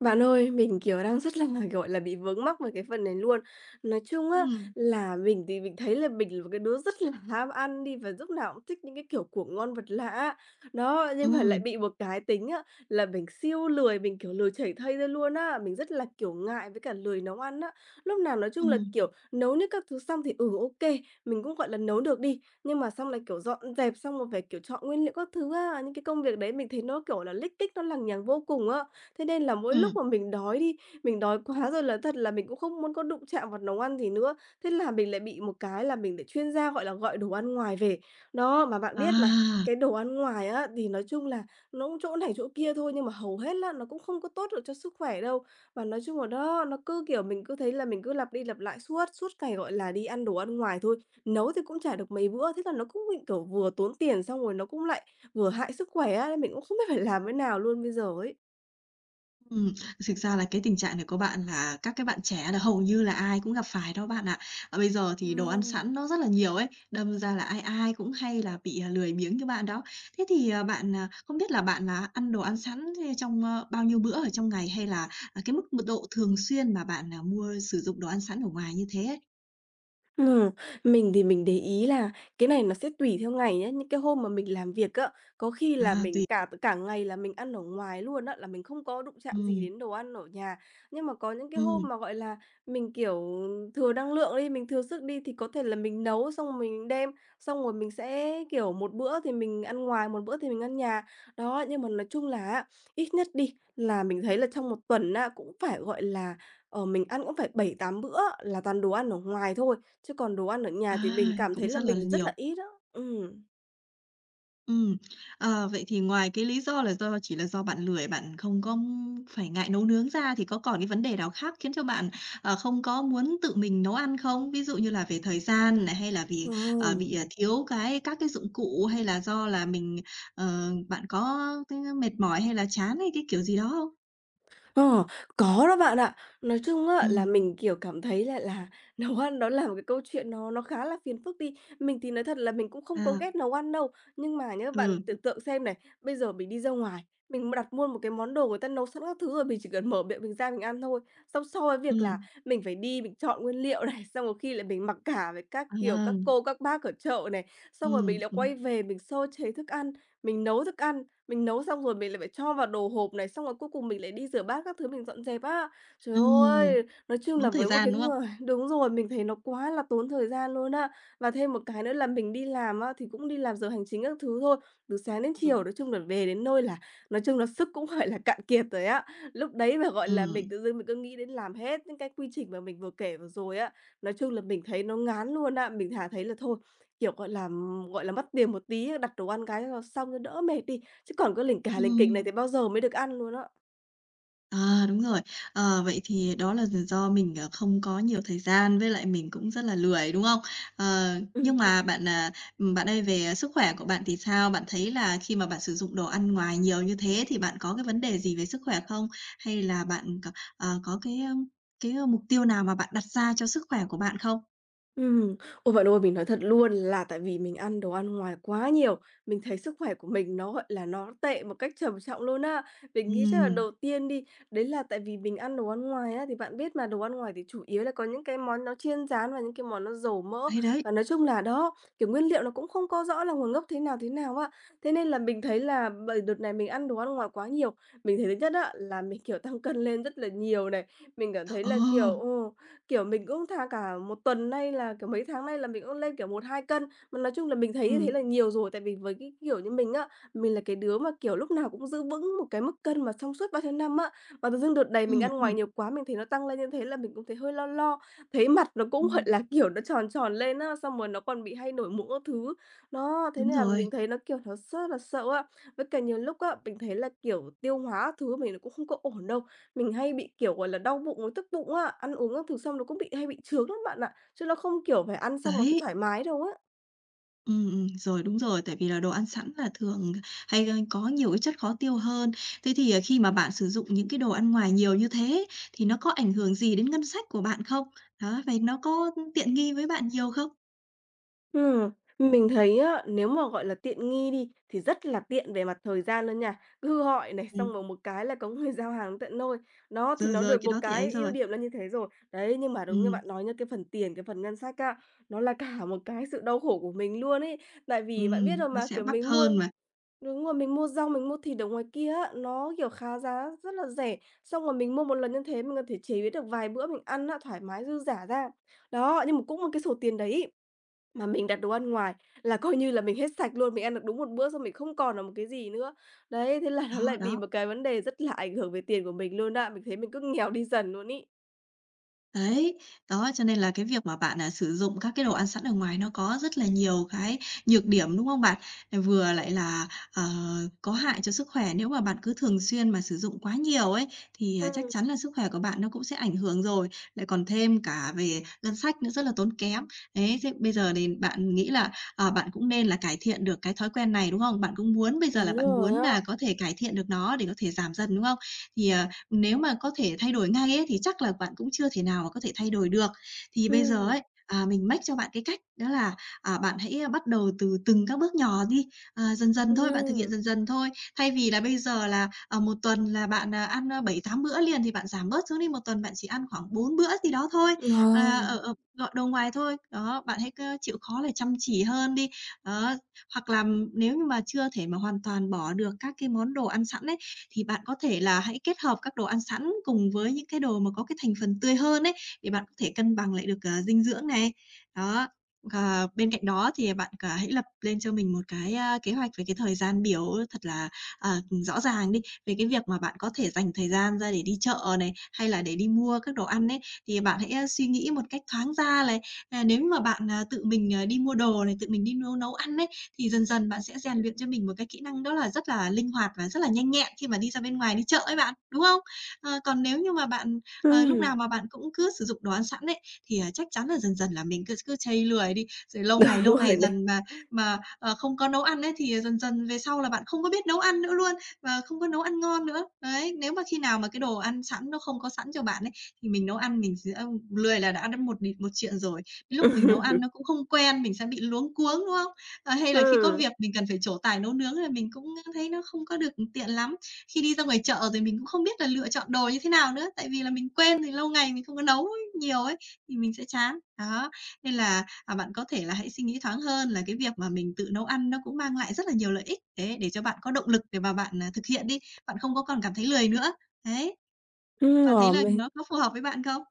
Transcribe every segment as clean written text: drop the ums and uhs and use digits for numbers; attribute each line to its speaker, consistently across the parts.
Speaker 1: Bạn ơi, mình, kiểu, đang rất là, gọi là, bị vướng mắc về cái phần này luôn. Nói chung á,
Speaker 2: Ừm,
Speaker 1: là mình thì mình thấy là mình là một cái đứa rất là ham ăn đi, và lúc nào cũng thích những cái, kiểu, của ngon vật lạ á. Đó, nhưng mà lại
Speaker 2: ừm,
Speaker 1: bị một cái tính á, là mình siêu lười, mình, kiểu, lười chảy thây ra luôn á. Mình rất là, kiểu, ngại với cả lười nấu ăn á. Lúc nào nói chung là,
Speaker 2: ừm,
Speaker 1: kiểu, nấu những các thứ xong thì, ok mình cũng, gọi là, nấu được đi, nhưng mà xong lại kiểu, dọn dẹp xong rồi phải, kiểu, chọn nguyên liệu các thứ á. Những cái công việc đấy mình thấy nó, kiểu là, lích kích, nó lằng nhằng vô cùng á. Thế nên là mỗi lúc
Speaker 2: ừm.
Speaker 1: mà mình đói đi, mình đói quá rồi là thật là mình cũng không muốn có đụng chạm vào nấu ăn gì nữa. Thế là mình lại bị một cái là mình lại chuyên gia, gọi là, gọi đồ ăn ngoài về. Đó, mà bạn biết mà,
Speaker 2: À,
Speaker 1: cái đồ ăn ngoài á thì nói chung là nó cũng chỗ này chỗ kia thôi, nhưng mà hầu hết là nó cũng không có tốt được cho sức khỏe đâu. Và nói chung là đó, nó cứ, kiểu, mình cứ thấy là mình cứ lặp đi lặp lại suốt ngày, gọi là, đi ăn đồ ăn ngoài thôi, nấu thì cũng chả được mấy bữa, thế là nó cũng bị, kiểu, vừa tốn tiền xong rồi nó cũng lại vừa hại sức khỏe á, nên mình cũng không biết phải làm thế nào luôn bây giờ ấy.
Speaker 2: ừm, Thực ra là cái tình trạng này của bạn là các cái bạn trẻ là hầu như là ai cũng gặp phải đó bạn ạ. Bây giờ
Speaker 1: Ờ.
Speaker 2: thì đồ ăn sẵn nó rất là nhiều ấy, đâm ra là ai ai cũng hay là bị, lười biếng như bạn đó. Thế thì, bạn, không biết là bạn là ăn đồ ăn sẵn thế trong, bao nhiêu bữa ở trong ngày hay là, cái mức mật độ thường xuyên mà bạn, mua sử dụng đồ ăn sẵn ở ngoài như thế ấy?
Speaker 1: Ừm, mình thì mình để ý là cái này nó sẽ tùy theo ngày nhé. Những cái hôm mà mình làm việc á, có khi là
Speaker 2: Tùy.
Speaker 1: mình cả cả ngày là mình ăn ở ngoài luôn á, là mình không có đụng chạm gì
Speaker 2: Ừm.
Speaker 1: đến đồ ăn ở nhà. Nhưng mà có những cái hôm
Speaker 2: ừm,
Speaker 1: mà, gọi là, mình, kiểu, thừa năng lượng đi, mình thừa sức đi thì có thể là mình nấu xong mình đem, xong rồi mình sẽ, kiểu, một bữa thì mình ăn ngoài, một bữa thì mình ăn nhà. Đó, nhưng mà nói chung là á, ít nhất đi là mình thấy là trong một tuần á, cũng phải, gọi là, mình ăn cũng phải bảy tám bữa là toàn đồ ăn ở ngoài thôi. Chứ còn đồ ăn ở nhà
Speaker 2: à,
Speaker 1: thì mình cảm thấy
Speaker 2: Cũng
Speaker 1: là
Speaker 2: rất là
Speaker 1: mình rất là
Speaker 2: nhiều.
Speaker 1: ít đó. Ừm.
Speaker 2: Ừm. Vậy thì ngoài cái lý do là do chỉ là do bạn lười, bạn không có phải ngại nấu nướng ra thì có còn cái vấn đề nào khác khiến cho bạn, không có muốn tự mình nấu ăn không? Ví dụ như là về thời gian này, hay là
Speaker 1: Ờ.
Speaker 2: vì thiếu cái các cái dụng cụ, hay là do là mình, bạn có cái mệt mỏi hay là chán hay cái kiểu gì đó không?
Speaker 1: Ờ, có đó bạn ạ. Nói chung á là
Speaker 2: Ừm.
Speaker 1: mình, kiểu, cảm thấy là nấu ăn nó là một cái câu chuyện nó khá là phiền phức đi. Mình thì nói thật là mình cũng không có
Speaker 2: à,
Speaker 1: ghét nấu ăn đâu, nhưng mà nhá, bạn
Speaker 2: ừ.
Speaker 1: tưởng tượng xem này, bây giờ mình đi ra ngoài, mình đặt mua một cái món đồ người ta nấu sẵn các thứ rồi, mình chỉ cần mở miệng mình ra mình ăn thôi. Xong sau cái việc là
Speaker 2: Ừm.
Speaker 1: mình phải đi mình chọn nguyên liệu này, xong có khi là mình mặc cả với các kiểu các
Speaker 2: à,
Speaker 1: cô, các bác ở chợ này, xong rồi
Speaker 2: ừm.
Speaker 1: mình lại quay
Speaker 2: Ừm.
Speaker 1: về mình sơ chế thức ăn, mình nấu thức ăn. Mình nấu xong rồi mình lại phải cho vào đồ hộp này, xong rồi cuối cùng mình lại đi rửa bát các thứ mình dọn dẹp á. Trời
Speaker 2: Ừm,
Speaker 1: ơi! Nói chung là
Speaker 2: tốn thời
Speaker 1: với một
Speaker 2: gian,
Speaker 1: cái
Speaker 2: đúng không?
Speaker 1: người đúng rồi, mình thấy nó quá là tốn thời gian luôn á. Và thêm một cái nữa là mình đi làm á, thì cũng đi làm giờ hành chính các thứ thôi, từ sáng đến
Speaker 2: Ừm.
Speaker 1: chiều, nói chung là về đến nơi là nói chung là sức cũng, gọi là, cạn kiệt rồi á. Lúc đấy mà, gọi là, mình
Speaker 2: Ừm.
Speaker 1: tự dưng mình cứ nghĩ đến làm hết những cái quy trình mà mình vừa kể vừa rồi á, nói chung là mình thấy nó ngán luôn á. Mình thà thấy là thôi, kiểu, gọi là, mất tiền một tí, đặt đồ ăn cái cho xong cho đỡ mệt đi. Chứ còn cứ lỉnh cà lỉnh kỉnh này
Speaker 2: Ừm.
Speaker 1: thì bao giờ mới được ăn luôn á.
Speaker 2: Đúng rồi. Vậy thì đó là do mình, không có nhiều thời gian, với lại mình cũng rất là lười, đúng không? Ờ, nhưng
Speaker 1: Ừm.
Speaker 2: mà bạn, bạn ơi, về sức khỏe của bạn thì sao? Bạn thấy là khi mà bạn sử dụng đồ ăn ngoài nhiều như thế thì bạn có cái vấn đề gì về sức khỏe không? Hay là bạn có, có cái mục tiêu nào mà bạn đặt ra cho sức khỏe của bạn không?
Speaker 1: Ừm, ôi, bạn ơi, mình nói thật luôn là tại vì mình ăn đồ ăn ngoài quá nhiều, mình thấy sức khỏe của mình nó, gọi là, nó tệ một cách trầm trọng luôn á. Mình nghĩ chắc là
Speaker 2: Ừm,
Speaker 1: đầu tiên đi, đấy là tại vì mình ăn đồ ăn ngoài á, thì bạn biết mà, đồ ăn ngoài thì chủ yếu là có những cái món nó chiên rán và những cái món nó dầu mỡ,
Speaker 2: đấy, đấy.
Speaker 1: và nói chung là đó, kiểu, nguyên liệu nó cũng không có rõ là nguồn gốc thế nào á. Thế nên là mình thấy là bởi đợt này mình ăn đồ ăn ngoài quá nhiều, mình thấy thứ nhất á là mình, kiểu, tăng cân lên rất là nhiều này, mình cảm thấy
Speaker 2: Ờ,
Speaker 1: là, kiểu, mình cũng tha cả một tuần nay là kiểu, mấy tháng nay là mình cũng lên, kiểu, một hai cân. Mà nói chung là mình thấy như thế
Speaker 2: ừm.
Speaker 1: là nhiều rồi, tại vì với cái kiểu như mình á, mình là cái đứa mà, kiểu, lúc nào cũng giữ vững một cái mức cân mà trong suốt bao nhiêu năm á. Và tự dưng đợt này mình
Speaker 2: Ừm.
Speaker 1: ăn ngoài
Speaker 2: Ừm.
Speaker 1: nhiều quá, mình thấy nó tăng lên như thế là mình cũng thấy hơi lo lo, thấy mặt nó cũng, gọi
Speaker 2: Ừm.
Speaker 1: là, kiểu, nó tròn tròn lên á, xong rồi nó còn bị hay nổi mụn các thứ. Nó thế
Speaker 2: Đúng
Speaker 1: nên là mình
Speaker 2: rồi,
Speaker 1: thấy nó, kiểu, nó rất là sợ á. Với cả nhiều lúc á, mình thấy là, kiểu, tiêu hóa các thứ mình nó cũng không có ổn đâu. Mình hay bị, kiểu, gọi là, đau bụng với tức bụng á, ăn uống các thứ xong nó cũng bị hay bị chướng lắm bạn ạ, chứ nó không, kiểu, phải ăn xong là thấy
Speaker 2: đấy.
Speaker 1: thoải mái đâu á.
Speaker 2: Ừm. Ừm, rồi, đúng rồi, tại vì là đồ ăn sẵn là thường hay, có nhiều cái chất khó tiêu hơn. Thế thì, khi mà bạn sử dụng những cái đồ ăn ngoài nhiều như thế thì nó có ảnh hưởng gì đến ngân sách của bạn không? Đó, vậy nó có tiện nghi với bạn nhiều không?
Speaker 1: Ừm, mình thấy á, nếu mà, gọi là, tiện nghi đi thì rất là tiện về mặt thời gian luôn nha, cứ gọi này,
Speaker 2: Ừm,
Speaker 1: xong rồi một cái là có người giao hàng tận nơi. Nó thì
Speaker 2: rồi,
Speaker 1: nó
Speaker 2: rồi,
Speaker 1: được
Speaker 2: cái
Speaker 1: một
Speaker 2: đó thì ấy
Speaker 1: cái ưu
Speaker 2: rồi.
Speaker 1: điểm là như thế rồi. Đấy, nhưng mà đúng như
Speaker 2: Ừm.
Speaker 1: bạn nói nha, cái phần tiền, cái phần ngân sách á, nó là cả một cái sự đau khổ của mình luôn ấy. Tại vì bạn biết
Speaker 2: Ừm,
Speaker 1: rồi
Speaker 2: nó
Speaker 1: mà,
Speaker 2: sẽ
Speaker 1: kiểu,
Speaker 2: mắc
Speaker 1: mình mua
Speaker 2: hơn mà.
Speaker 1: Đúng rồi, mình mua rau, mình mua thịt ở ngoài kia á, nó, kiểu, khá giá rất là rẻ. Xong rồi mình mua một lần như thế mình có thể chế biến được vài bữa mình ăn á, thoải mái dư dả ra. Đó, nhưng mà cũng một cái số tiền đấy ấy, mà mình đặt đồ ăn ngoài là coi như là mình hết sạch luôn, mình ăn được đúng một bữa xong mình không còn là một cái gì nữa. Đấy, thế là nó
Speaker 2: Đó,
Speaker 1: lại bị
Speaker 2: đó.
Speaker 1: một cái vấn đề rất là ảnh hưởng về tiền của mình luôn á, mình thấy mình cứ nghèo đi dần luôn ấy.
Speaker 2: Đấy, đó, cho nên là cái việc mà bạn, sử dụng các cái đồ ăn sẵn ở ngoài nó có rất là nhiều cái nhược điểm, đúng không bạn? Vừa lại là, ờ, có hại cho sức khỏe, nếu mà bạn cứ thường xuyên mà sử dụng quá nhiều ấy, thì, chắc
Speaker 1: Ừm.
Speaker 2: chắn là sức khỏe của bạn nó cũng sẽ ảnh hưởng rồi, lại còn thêm cả về ngân sách nữa rất là tốn kém. Đấy, thế bây giờ thì bạn nghĩ là, bạn cũng nên là cải thiện được cái thói quen này, đúng không? Bạn cũng muốn bây giờ là
Speaker 1: Đúng
Speaker 2: bạn
Speaker 1: rồi
Speaker 2: muốn là
Speaker 1: á.
Speaker 2: có thể cải thiện được nó để có thể giảm dần, đúng không? Thì, nếu mà có thể thay đổi ngay ấy, thì chắc là bạn cũng chưa thể nào mà có thể thay đổi được. Thì bây giờ
Speaker 1: Ừm,
Speaker 2: ấy, mình mách cho bạn cái cách đó là, bạn hãy bắt đầu từ từng các bước nhỏ đi, dần dần thôi, bạn thực hiện
Speaker 1: ừm,
Speaker 2: dần dần thôi. Thay vì là bây giờ là, 1 tuần là bạn, ăn, 7 8 bữa liền thì bạn giảm bớt xuống đi, một tuần bạn chỉ ăn khoảng 4 bữa gì đó thôi,
Speaker 1: ờ,
Speaker 2: à, ở ở gọi đồ ngoài thôi. Đó, bạn hãy, chịu khó là chăm chỉ hơn đi. Đó, hoặc là nếu như mà chưa thể mà hoàn toàn bỏ được các cái món đồ ăn sẵn ấy, thì bạn có thể là hãy kết hợp các đồ ăn sẵn cùng với những cái đồ mà có cái thành phần tươi hơn ấy, để bạn có thể cân bằng lại được, dinh dưỡng này. Đó, bên cạnh đó thì bạn, hãy lập lên cho mình một cái, kế hoạch về cái thời gian biểu thật là, rõ ràng đi, về cái việc mà bạn có thể dành thời gian ra để đi chợ này, hay là để đi mua các đồ ăn ấy, thì bạn hãy, suy nghĩ một cách thoáng ra này. Nếu mà bạn, tự mình, đi mua đồ này, tự mình đi nấu nấu ăn ấy, thì dần dần bạn sẽ rèn luyện cho mình một cái kỹ năng đó là rất là linh hoạt và rất là nhanh nhẹn khi mà đi ra bên ngoài đi chợ ấy bạn, đúng không? Còn nếu như mà bạn, lúc
Speaker 1: ừm.
Speaker 2: nào mà bạn cũng cứ sử dụng đồ ăn sẵn ấy, thì, chắc chắn là dần dần là mình cứ cứ trây lười đi, rồi
Speaker 1: Đúng
Speaker 2: lâu
Speaker 1: rồi
Speaker 2: ngày
Speaker 1: này.
Speaker 2: dần mà không có nấu ăn ấy, thì dần dần về sau là bạn không có biết nấu ăn nữa luôn và không có nấu ăn ngon nữa. Đấy, nếu mà khi nào mà cái đồ ăn sẵn nó không có sẵn cho bạn ấy, thì mình nấu ăn mình sẽ lười là đã một một chuyện rồi. Lúc mình nấu ăn nó cũng không quen, mình sẽ bị luống cuống, đúng không? Hay
Speaker 1: Ừm,
Speaker 2: là khi có
Speaker 1: ừm,
Speaker 2: việc mình cần phải trổ tài nấu nướng là mình cũng thấy nó không có được tiện lắm. Khi đi ra ngoài chợ rồi mình cũng không biết là lựa chọn đồ như thế nào nữa, tại vì là mình quen thì lâu ngày mình không có nấu nhiều ấy, thì mình sẽ chán. Đó, nên là, bạn có thể là hãy suy nghĩ thoáng hơn là cái việc mà mình tự nấu ăn nó cũng mang lại rất là nhiều lợi ích, đấy, để cho bạn có động lực để mà bạn, thực hiện đi, bạn không có còn cảm thấy lười nữa. Đấy, bạn thấy
Speaker 1: ờ,
Speaker 2: là
Speaker 1: mình
Speaker 2: nó có phù hợp với bạn không?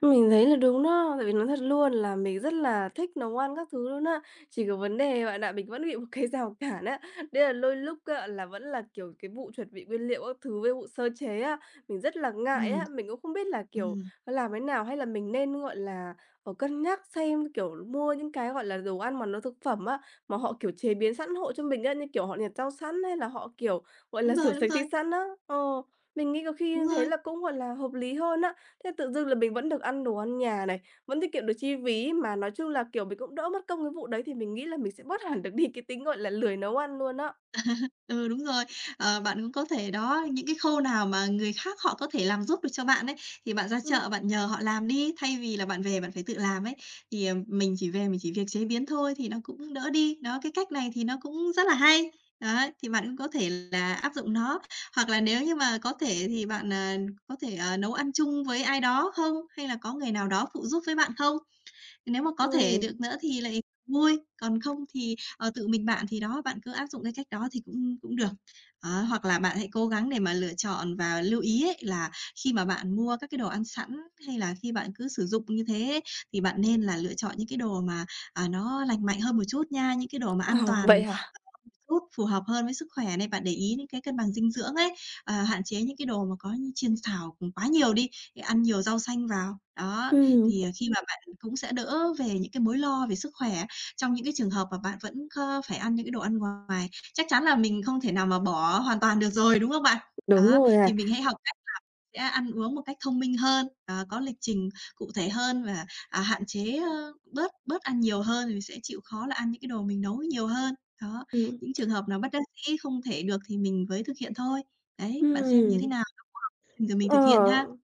Speaker 1: Mình thấy là đúng đó, tại vì nói thật luôn là mình rất là thích nấu ăn các thứ luôn á. Chỉ có vấn đề bạn ạ, mình vẫn bị một cái rào cản á, đấy là đôi lúc á, là vẫn là, kiểu, cái vụ chuẩn bị nguyên liệu các thứ với vụ sơ chế á, mình rất là ngại
Speaker 2: Ừm,
Speaker 1: á. Mình cũng không biết là, kiểu,
Speaker 2: ừm,
Speaker 1: làm thế nào hay là mình nên, gọi là, cân nhắc xem, kiểu, mua những cái, gọi là, đồ ăn mà nó thực phẩm á, mà họ, kiểu, chế biến sẵn hộ cho mình á, như kiểu họ liệt rau sẵn hay là họ, kiểu, gọi là,
Speaker 2: đúng
Speaker 1: rửa
Speaker 2: rồi, đúng
Speaker 1: sạch thịt
Speaker 2: rồi,
Speaker 1: sẵn á. Ờ, mình nghĩ có khi
Speaker 2: đúng
Speaker 1: như thế
Speaker 2: rồi.
Speaker 1: là cũng, gọi là, hợp lý hơn á. Thế tự dưng là mình vẫn được ăn đồ ăn nhà này, vẫn tiết kiệm được chi phí, mà nói chung là, kiểu, mình cũng đỡ mất công cái vụ đấy thì mình nghĩ là mình sẽ bớt hẳn được đi cái tính, gọi là, lười nấu ăn luôn á.
Speaker 2: Ừ, đúng rồi. Bạn cũng có thể đó, những cái khâu nào mà người khác họ có thể làm giúp được cho bạn ấy, thì bạn ra
Speaker 1: Ừm.
Speaker 2: chợ bạn nhờ họ làm đi, thay vì là bạn về bạn phải tự làm ấy, thì, mình chỉ về mình chỉ việc chế biến thôi thì nó cũng đỡ đi. Đó, cái cách này thì nó cũng rất là hay. Đấy, thì bạn cũng có thể là áp dụng nó. Hoặc là nếu như mà có thể thì bạn, có thể, nấu ăn chung với ai đó không? Hay là có người nào đó phụ giúp với bạn không? Nếu mà có thể được
Speaker 1: Ừm.
Speaker 2: nữa thì lại vui, còn không thì, tự mình bạn thì đó, bạn cứ áp dụng cái cách đó thì cũng cũng được. Đó, hoặc là bạn hãy cố gắng để mà lựa chọn và lưu ý ấy là khi mà bạn mua các cái đồ ăn sẵn hay là khi bạn cứ sử dụng như thế ấy, thì bạn nên là lựa chọn những cái đồ mà, nó lành mạnh hơn một chút nha, những cái đồ mà an
Speaker 1: Ờ, vậy
Speaker 2: toàn
Speaker 1: hả?
Speaker 2: một chút phù hợp hơn với sức khỏe này, bạn để ý những cái cân bằng dinh dưỡng ấy, hạn chế những cái đồ mà có như chiên xào, quá nhiều đi, ăn nhiều rau xanh vào. Đó,
Speaker 1: Ừm,
Speaker 2: thì, khi mà bạn cũng sẽ đỡ về những cái mối lo về sức khỏe trong những cái trường hợp mà bạn vẫn có phải ăn những cái đồ ăn ngoài. Chắc chắn là mình không thể nào mà bỏ hoàn toàn được rồi, đúng không bạn?
Speaker 1: đúng
Speaker 2: Đó,
Speaker 1: rồi à.
Speaker 2: thì mình hãy học cách sẽ ăn uống một cách thông minh hơn, có lịch trình cụ thể hơn và, hạn chế, bớt bớt ăn nhiều hơn thì sẽ chịu khó là ăn những cái đồ mình nấu nhiều hơn. Đó, những trường hợp nào bất đắc dĩ không thể được thì mình mới thực hiện thôi. Đấy, bạn xem như thế
Speaker 1: Ừm,
Speaker 2: nào? Rồi mình thực hiện ha.
Speaker 1: ờ.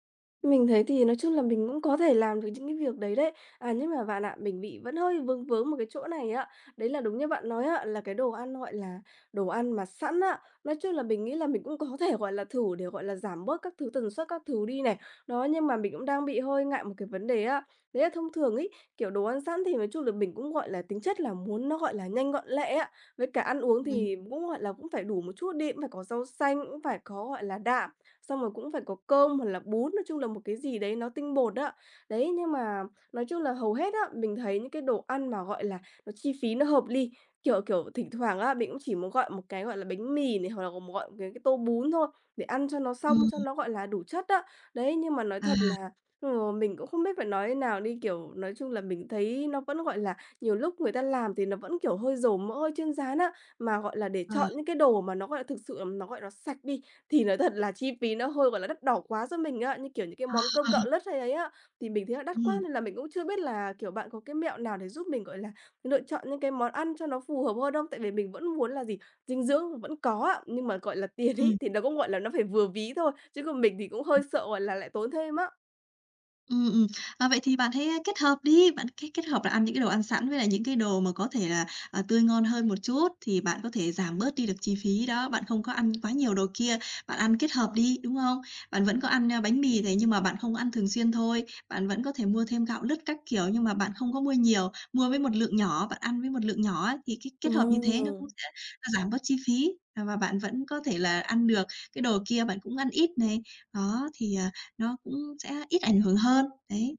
Speaker 1: Mình thấy thì nói chung là mình cũng có thể làm được những cái việc đấy đấy. À, nhưng mà bạn ạ, mình bị vẫn hơi vướng vướng một cái chỗ này ạ. Đấy là đúng như bạn nói ạ là cái đồ ăn, gọi là, đồ ăn mà sẵn ạ. Nói chung là mình nghĩ là mình cũng có thể, gọi là, thử để, gọi là, giảm bớt các thứ tần suất các thứ đi này. Đó, nhưng mà mình cũng đang bị hơi ngại một cái vấn đề ạ. Đấy là thông thường ấy, kiểu, đồ ăn sẵn thì nói chung là mình cũng, gọi là, tính chất là muốn nó, gọi là, nhanh gọn lẹ ạ. Với cả ăn uống
Speaker 2: Ừ.
Speaker 1: thì cũng, gọi là, cũng phải đủ một chút đi, cũng phải có rau xanh, cũng phải có, gọi là, đạm xong rồi cũng phải có cơm hoặc là bún, nói chung là một cái gì đấy nó tinh bột á. Đấy, nhưng mà nói chung là hầu hết á, mình thấy những cái đồ ăn mà, gọi là, nó chi phí nó hợp lý, kiểu, thỉnh thoảng á, mình cũng chỉ muốn gọi một cái, gọi là, bánh mì này, hoặc là gọi một cái tô bún thôi, để ăn cho nó
Speaker 2: Ừ.
Speaker 1: xong, cho nó, gọi là, đủ chất á. Đấy, nhưng mà nói
Speaker 2: à,
Speaker 1: thật là, mình cũng không biết phải nói thế nào đi, kiểu, nói chung là mình thấy nó vẫn, gọi là, nhiều lúc người ta làm thì nó vẫn, kiểu, hơi dầu mỡ, hơi chiên rán á. Mà, gọi là, để
Speaker 2: ờ,
Speaker 1: chọn những cái đồ mà nó, gọi là, thực sự là nó, gọi, là sạch đi thì nói thật là chi phí nó hơi, gọi là, đắt đỏ quá cho mình á, như kiểu những cái món
Speaker 2: à,
Speaker 1: cơm gạo lứt hay ấy á, thì mình thấy là đắt quá
Speaker 2: ừm,
Speaker 1: nên là mình cũng chưa biết là, kiểu, bạn có cái mẹo nào để giúp mình, gọi là, lựa chọn những cái món ăn cho nó phù hợp hơn không? Tại vì mình vẫn muốn là gì, dinh dưỡng vẫn có ạ, nhưng mà, gọi là, tiền ấy
Speaker 2: ừm.
Speaker 1: thì nó cũng, gọi là, nó phải vừa ví thôi, chứ còn mình thì cũng hơi sợ, gọi là, lại tốn thêm á.
Speaker 2: Ừm, ừm. Vậy thì bạn hãy, kết hợp đi, bạn kết kết hợp là ăn những cái đồ ăn sẵn với lại những cái đồ mà có thể là, tươi ngon hơn một chút, thì bạn có thể giảm bớt đi được chi phí đó, bạn không có ăn quá nhiều đồ kia, bạn ăn kết hợp đi, đúng không? Bạn vẫn có ăn, bánh mì thế nhưng mà bạn không ăn thường xuyên thôi, bạn vẫn có thể mua thêm gạo lứt các kiểu nhưng mà bạn không có mua nhiều, mua với một lượng nhỏ, bạn ăn với một lượng nhỏ ấy, thì cái kết hợp như thế nó cũng
Speaker 1: Ừm.
Speaker 2: sẽ giảm bớt chi phí, và bạn vẫn có thể là ăn được, cái đồ kia bạn cũng ăn ít này. Đó, thì, nó cũng sẽ ít ảnh hưởng hơn, đấy.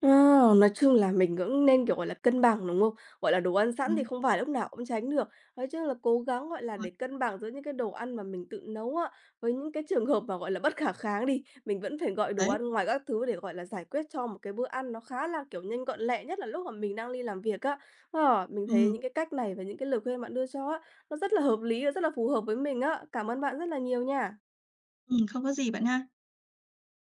Speaker 1: Ờ, nói chung là mình cũng nên, kiểu, gọi là, cân bằng, đúng không? Gọi là, đồ ăn sẵn thì
Speaker 2: Đúng
Speaker 1: không phải lúc nào cũng tránh được. Nói chung là cố gắng, gọi là,
Speaker 2: rồi.
Speaker 1: để cân bằng giữa những cái đồ ăn mà mình tự nấu á, với những cái trường hợp mà, gọi là, bất khả kháng đi, mình vẫn phải gọi đồ
Speaker 2: Đấy,
Speaker 1: ăn ngoài các thứ để, gọi là, giải quyết cho một cái bữa ăn nó khá là, kiểu, nhanh gọn lẹ, nhất là lúc mà mình đang đi làm việc á. Ờ, mình thấy
Speaker 2: ừm,
Speaker 1: những cái cách này và những cái lời khuyên bạn đưa cho á, nó rất là hợp lý và rất là phù hợp với mình á. Cảm ơn bạn rất là nhiều nha.
Speaker 2: không có gì bạn ha.